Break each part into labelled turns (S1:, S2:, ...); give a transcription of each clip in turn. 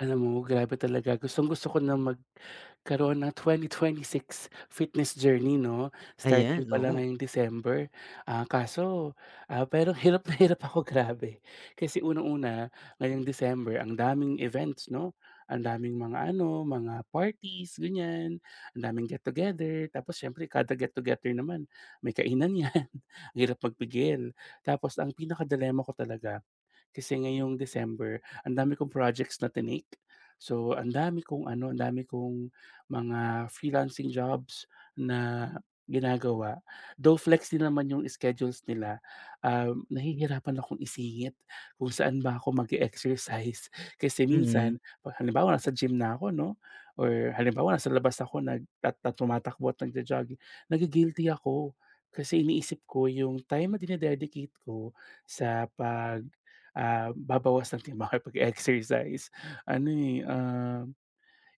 S1: Alam mo, grabe talaga. Gustong-gusto ko na magkaroon ng 2026 fitness journey 'no,
S2: Ayan,
S1: starting pa lang
S2: oo.
S1: ngayong December. Ah, kaso, pero hirap na hirap ako, grabe. Kasi unang-una, ngayong December ang daming events 'no, ang daming mga ano, mga parties, ganyan. Ang daming get together, tapos siyempre kada get together naman may kainan 'yan, ang hirap magpigil. Tapos ang pinaka-dilemma ko talaga, kasi ngayong December ang dami kong projects na tinake. So, ang dami kong ano, ang dami kong mga freelancing jobs na ginagawa. Though flex din naman yung schedules nila, nahihirapan akong isingit kung saan ba ako mag exercise. Kasi
S2: Mm,
S1: minsan, 'pag halimbawa nasa gym na ako 'no, or halimbawa nasa labas ako nagtat na tumatakbo at nagjo-jogging, nagigilty ako kasi iniisip ko yung time na dine ko sa babawas ng makipag-exercise. Ano, eh,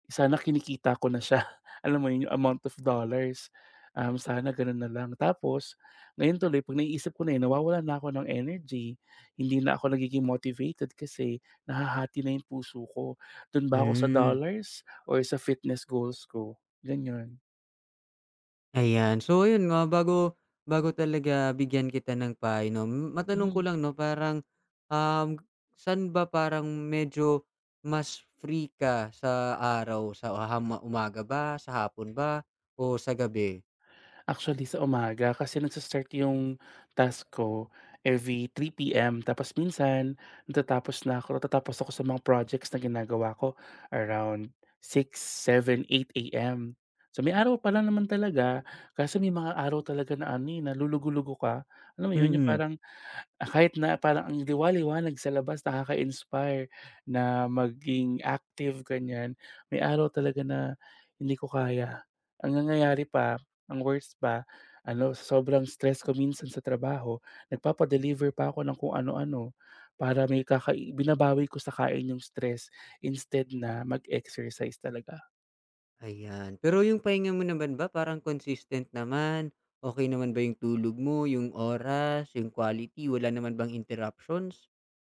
S1: sana kinikita ko na siya, alam mo yun, yung amount of dollars. Sana gano'n na lang. Tapos ngayon tuloy 'pag naiisip ko na yun, nawawalan na ako ng energy, hindi na ako nagiging motivated kasi nahahati na yung puso ko. Do'n ba ako sa
S2: hmm,
S1: dollars or sa fitness goals ko, ganyan.
S2: ayan. So ayun nga bago bago talaga bigyan kita ng payo 'no, matanong ko lang 'no, parang, um, saan ba parang medyo mas free ka sa araw, sa hama umaga ba, sa hapon ba, o sa gabi?
S1: Actually sa umaga kasi nagsa-start yung task ko every 3:00 PM, tapos minsan natatapos ako sa mga projects na ginagawa ko around 6, 7, 8 AM. So, may araw pa lang naman talaga kasi may mga araw talaga na ano, eh, nalulugo-lugo ka, alam mo yun, yung
S2: Mm.
S1: parang. Ah, kahit na parang ang liwa-liwanag sa labas nakaka-inspire na maging active ganyan, may araw talaga na hindi ko kaya. Ang nangyayari pa, ang worst pa ano, sa sobrang stress ko minsan sa trabaho, nagpapa-deliver pa ako ng kung ano-ano para may binabawi ko sa kain yung stress instead na mag-exercise talaga.
S2: Ayan. Pero yung pahinga mo naman ba parang consistent naman, okey naman ba yung tulog mo, yung oras, yung quality, wala naman bang interruptions?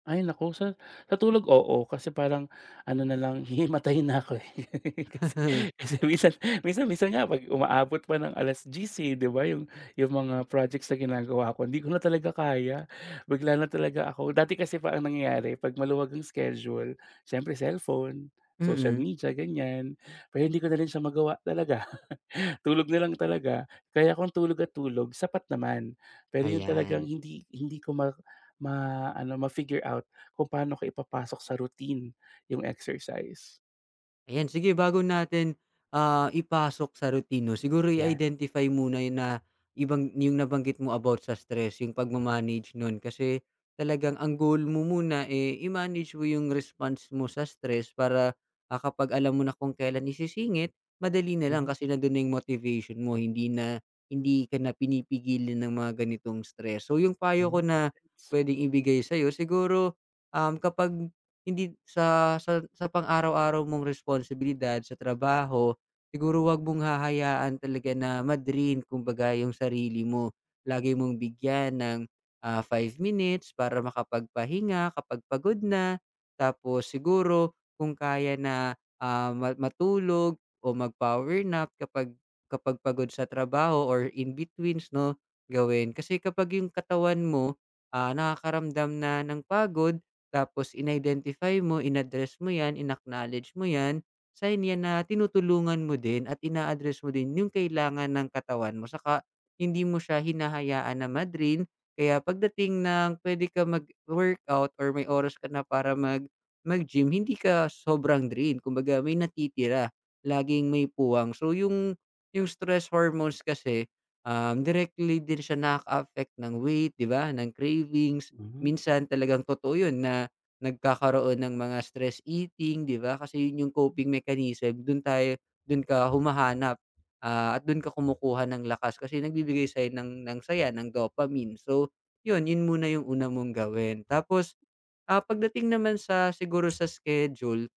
S1: Ay naku, sa tulog oo, kasi parang ano na lang hihimatayin na ako, eh. Kasi kasi minsan minsan minsan nga 'pag umaabot pa ng 10:00, eh, 'di ba, yung mga projects na ginagawa ko hindi ko na talaga kaya. Bigla na talaga ako dati kasi pa ang nangyayari 'pag maluwag ang schedule, siyempre cellphone, social
S2: Mm.
S1: media, ganyan. Pero hindi ko na rin siya magawa talaga. Tulog na lang talaga. Kaya kung tulog at tulog sapat naman. Pero yun talagang
S2: Ayan.
S1: hindi hindi ko ma-ano, ma-figure out kung paano ko ipapasok sa routine yung exercise.
S2: Ayan, sige bago natin, ipasok sa rutino. Siguro
S1: 'Yan.
S2: i-identify muna yun na ibang yung nabanggit mo about sa stress, yung pagma nun. Kasi talagang ang goal mo muna, eh, i-manage mo yung response mo sa stress para, kapag alam mo na kung kailan isisingit, madali na lang
S1: Mhm.
S2: kasi nandun na yung motivation mo, hindi ka na pinipigilan ng mga ganitong stress. So yung payo ko
S1: Hmm,
S2: na
S1: gets.
S2: puwedeng ibigay sa'yo siguro, kapag hindi sa pang-araw-araw mong responsibilidad sa trabaho, siguro wag mong hahayaan talaga na ma-drain kumbaga yung sarili mo. Lagi mong bigyan ng, 5 minutes para makapagpahinga kapag pagod na. Tapos siguro kung kaya na, ah, ma matulog o mag-power nap kapag kapag pagod sa trabaho or in betweens 'no, gawin. Kasi kapag yung katawan mo, nakakaramdam na ng pagod tapos in-identify mo, in-address mo 'yan, in-acknowledge mo 'yan, sign 'yan na tinutulungan mo din at ina-address mo din yung kailangan ng katawan mo saka hindi mo siya hinahayaan na ma. Kaya pagdating ng puwede ka mag-workout or may oras ka na para mag-gym, hindi ka sobrang drain. Kumbaga may natitira, laging may puwang. So yung stress hormones kasi, directly din siya nakaka-affect ng weight, 'di ba, ng cravings.
S1: Hmm,
S2: Minsan talagang totoo 'yun na nagkakaroon ng mga stress eating, 'di ba? Kasi 'yun yung coping mechanism, do'n ka humahanap, at do'n ka kumukuha ng lakas kasi nagbibigay sa'yo ng saya, ng dopamine. So 'yun, 'yun muna yung una mong gawin. Tapos, pagdating naman sa siguro sa schedule.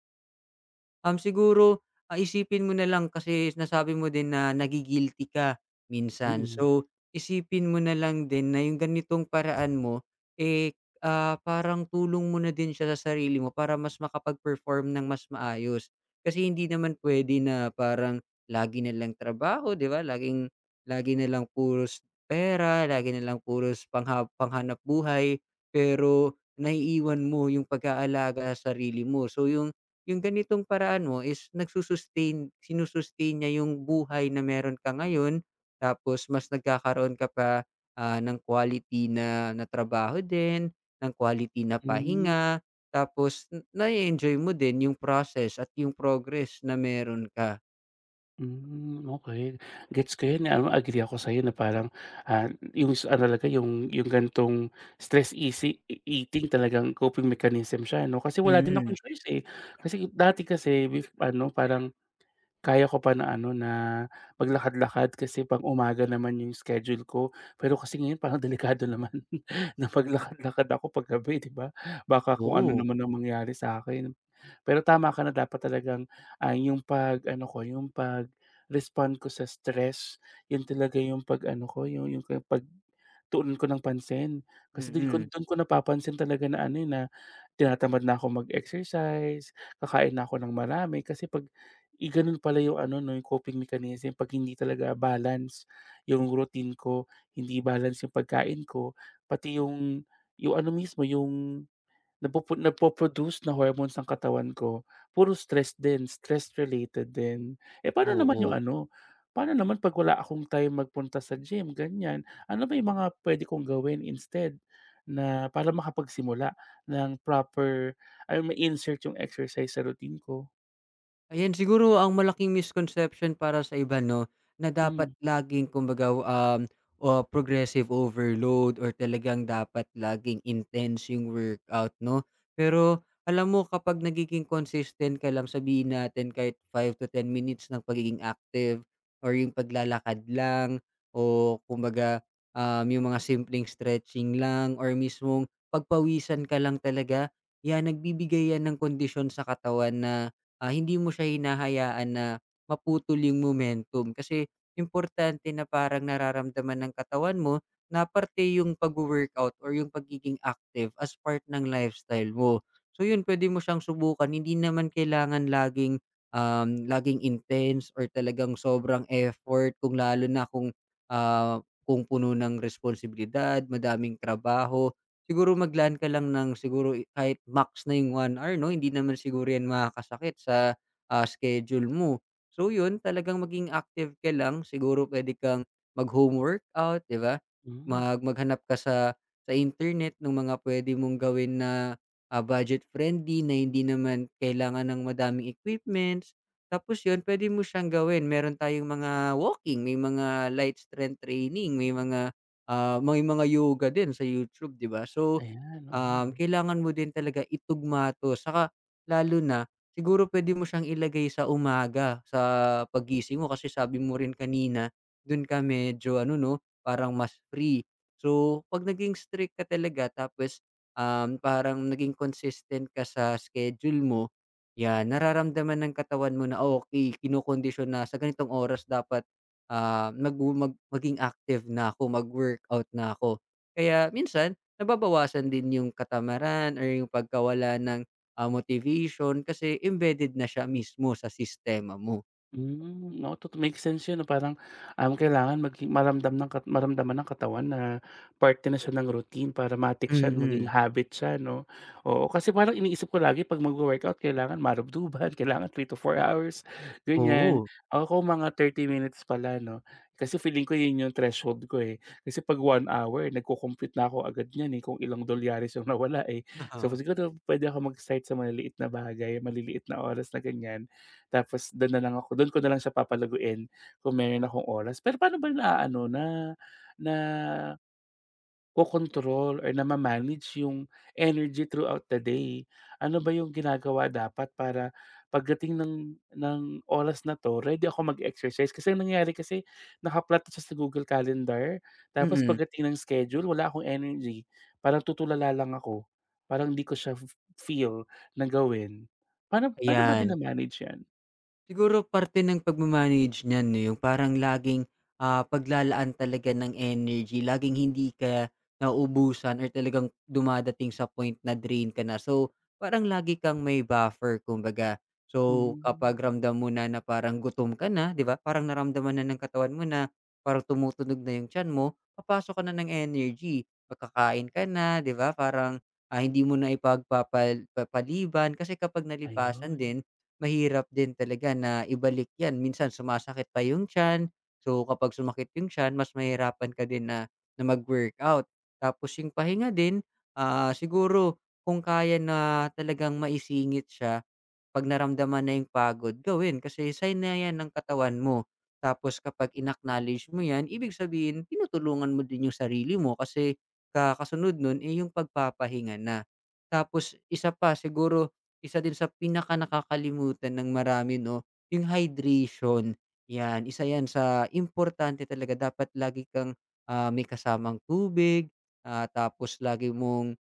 S2: Siguro, isipin mo na lang kasi nasabi mo din na nagi-guilty ka minsan.
S1: mm.
S2: So, isipin mo na lang din na yung ganitong paraan mo, parang tulong mo na din siya sa sarili mo para mas makapag-perform ng mas maayos. Kasi hindi naman puwede na parang lagi na lang trabaho, 'di ba? Lagi na lang puros pera, lagi na lang puros panghanap buhay pero naiiwan mo yung pag-aalaga sa sarili mo. So, yung ganitong paraan mo is nagsu-sustain niya yung buhay na meron ka ngayon, tapos mas nagkakaroon ka pa, ng quality na na trabaho din, ng quality na
S1: Hmm,
S2: pahinga, tapos n na enjoy mo din yung process at yung progress na meron ka.
S1: hmm, okey. Gets ko 'yan, ano, agree ako sa'yo na parang, ah, yung sa ano talaga yung ganitong stress eating, talagang coping mechanism siya 'no, kasi wala din
S2: Mm.
S1: akong choice, eh. Kasi dati kasi ano, parang kaya ko pa na ano, na maglakad-lakad kasi pang umaga naman yung schedule ko. Pero kasi ngayon parang delikado naman na maglakad-lakad ako paggabi, 'di ba? Baka kung ano
S2: Oo,
S1: naman ang mangyari sa akin, pero tama ka na dapat talagang, yung pag-ano ko, yung pag-respond ko sa stress, yun talaga yung pag-ano ko, yung pagtuunan ko ng pansin. Kasi dun ko
S2: mm,
S1: dun ko napapansin talaga na ano, eh, na tinatamad na ako mag-exercise, kakain na ako ng marami kasi 'pag eh, ganun pala yung ano 'no, yung coping mechanism 'pag hindi talaga balance yung routine ko, hindi balance yung pagkain ko, pati yung ano mismo, yung nagpo-produce na hormones ang katawan ko, puro stress din, stress related din. Eh, paano naman
S2: oo.
S1: yung ano, paano naman 'pag wala akong time magpunta sa gym ganyan, ano ba yung mga puwede kong gawin instead na para makapagsimula ng proper ay ma-insert yung exercise sa routine ko?
S2: Ayan, siguro ang malaking misconception para sa iba 'no, na
S1: Hmm,
S2: dapat laging kumbaga, o progressive overload or talagang dapat laging intense yung workout 'no. Pero alam mo kapag nagiging consistent ka lang, sabihin natin kahit 5 to 10 minutes ng pagiging active or yung paglalakad lang o kumbaga, yung mga simpleng stretching lang or mismong pagpawisan ka lang talaga, nagbibigay yan ng kondisyon sa katawan na hindi mo siya hinahayaan na maputol yung momentum. Kasi importante na parang nararamdaman ng katawan mo na parte yung pag-workout or yung pagiging active as part ng lifestyle mo. So yun, pwede mo siyang subukan. Hindi naman kailangan laging intense or talagang sobrang effort kung lalo na kung ah, kung puno ng responsibilidad, madaming trabaho. Siguro mag-LAN ka lang ng siguro kahit max na yung 1 hour 'no, hindi naman siguro yan makakasakit sa, schedule mo. So yun, talagang maging active ka lang, siguro pwede kang mag-home workout, 'di ba?
S1: hmm,
S2: Maghanap ka sa internet ng mga pwede mong gawin na, budget friendly na hindi naman kailangan ng madaming equipments. Tapos yun, pwede mo siyang gawin meron tayong mga walking, may mga light strength training, may mga. May mga yoga din sa YouTube, 'di ba? So,
S1: ayan, oo nga 'no.
S2: kailangan mo din talaga itugma 'to saka lalo na siguro puwede mo siyang ilagay sa umaga sa paggising mo kasi sabi mo rin kanina dun ka medyo ano 'no, parang mas free. So, 'pag naging strict ka talaga tapos, parang naging consistent ka sa schedule mo, 'yan, nararamdaman ng katawan mo na, "Okey kinokondisyon na sa ganitong oras dapat ah, nagwo mag maging active na ako, mag-workout na ako. Kaya minsan nababawasan din yung katamaran or yung pagkawala ng, motivation kasi embedded na siya mismo sa sistema mo.
S1: Hmm, oo, to make sense 'yun 'no, parang, kailangan maging maramdaman ng katawan na parte na siya ng routine para matik siya, no? Maging
S2: Mm,
S1: habit siya 'no. Oo, kasi parang iniisip ko lagi 'pag magwo-workout kailangan marubduban, kailangan 3 to 4 hours, ganyan.
S2: oo.
S1: Ako mga 30 minutes pala 'no, kasi feeling ko 'yun 'yung threshold ko, eh. Kasi 'pag 1 hour nagko-compute na ako agad niyan, eh, kung ilang dolyares 'yung nawala, eh. So siguro puwede ako mag-start sa maliliit na bagay, maliliit na oras na ganyan. Tapos dun na lang ako don ko na lang siya papalaguin kung meron akong oras. Pero paano ba naaano na nakokontrol or nama-manage yung energy throughout the day? Ano ba yung ginagawa dapat para pagdating ng oras na 'to ready ako mag-exercise? Kasi ang nangyari kasi naka-plot siya sa Google Calendar, tapos
S2: Mm,
S1: pagdating ng schedule wala akong energy. Parang tutulala lang ako, parang di ko siya feel na gawin. Paano paano ba
S2: ayan.
S1: mina-manage yan?
S2: Siguro parte ng pagma-manage niyan 'no, yung parang laging, paglalaan talaga ng energy, laging hindi ka nauubusan or talagang dumadating sa point na drain ka na. So, parang lagi kang may buffer kumbaga. So, kapag
S1: Hmm,
S2: ramdam mo na na parang gutom ka na, 'di ba, parang naramdaman na ng katawan mo na parang tumutunog na yung tiyan mo, papasok ka na ng energy. Magkakain ka na, 'di ba, parang, hindi mo na kasi kapag nalipasan
S1: ayun.
S2: din, mahirap din talaga na ibalik 'yan, minsan sumasakit pa yung tiyan. So, kapag sumakit yung tiyan mas mahihirapan ka din na na mag-workout. Tapos yung pahinga din, siguro kung kaya na talagang maisingit siya. 'Pag naramdaman na yung pagod gawin kasi sign na yan ng katawan mo. Tapos kapag in-acknowledge mo yan, ibig sabihin tinutulungan mo din yung sarili mo kasi kasunod nun, eh, yung pagpapahinga na. Tapos isa pa siguro, isa din sa pinakanakakalimutan ng marami 'no, yung hydration. Yan, isa yan sa importante talaga dapat lagi kang, may kasamang tubig, tapos lagi mong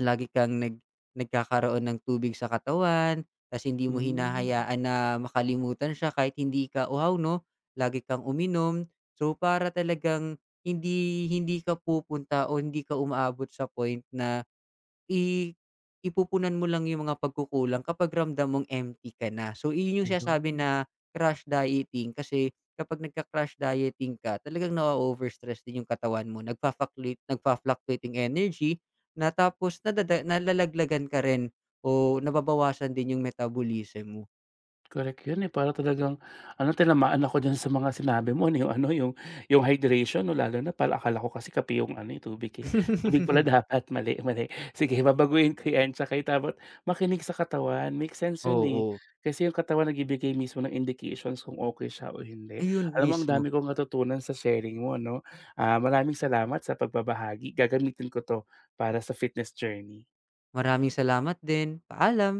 S2: Lagi kang nag nagkakaroon ng tubig sa katawan, tas hindi mo
S1: Hmm,
S2: hinahayaan na makalimutan siya kahit hindi ka uhaw 'no, lagi kang uminom. So, para talagang hindi hindi ka pupunta o hindi ka umaabot sa point na I ipupunan mo lang yung mga pagkukulang kapag ramdam mong empty ka na. So, iyon yung sinasabi
S1: ayun.
S2: na crash dieting kasi kapag nagka-crash dieting ka, talagang na-o-overstress din yung katawan mo. Nagfa-fluctuating energy na tapos nalalaglagan ka rin o nababawasan din yung metabolism mo.
S1: Correct 'yun, eh, para talagang ano, tinamaan ako diyan sa mga sinabi mo, ano, yung ano, yung hydration 'no, lalo na para akala ko kasi kape yung ano, eh. Tubig pala dapat, mali, mali. Sige, babaguhin ko 'yan, tsaka yung dapat makinig sa katawan, make sense 'yun, eh.
S2: Oo.
S1: Kasi yung katawan nagbibigay mismo ng indications kung okay siya o hindi.
S2: Ayun
S1: Alam mo, ang
S2: mismo.
S1: dami kong natutunan sa sharing mo 'no. Ah, maraming salamat sa pagbabahagi, gagamitin ko 'to para sa fitness journey.
S2: Maraming salamat din. Paalam.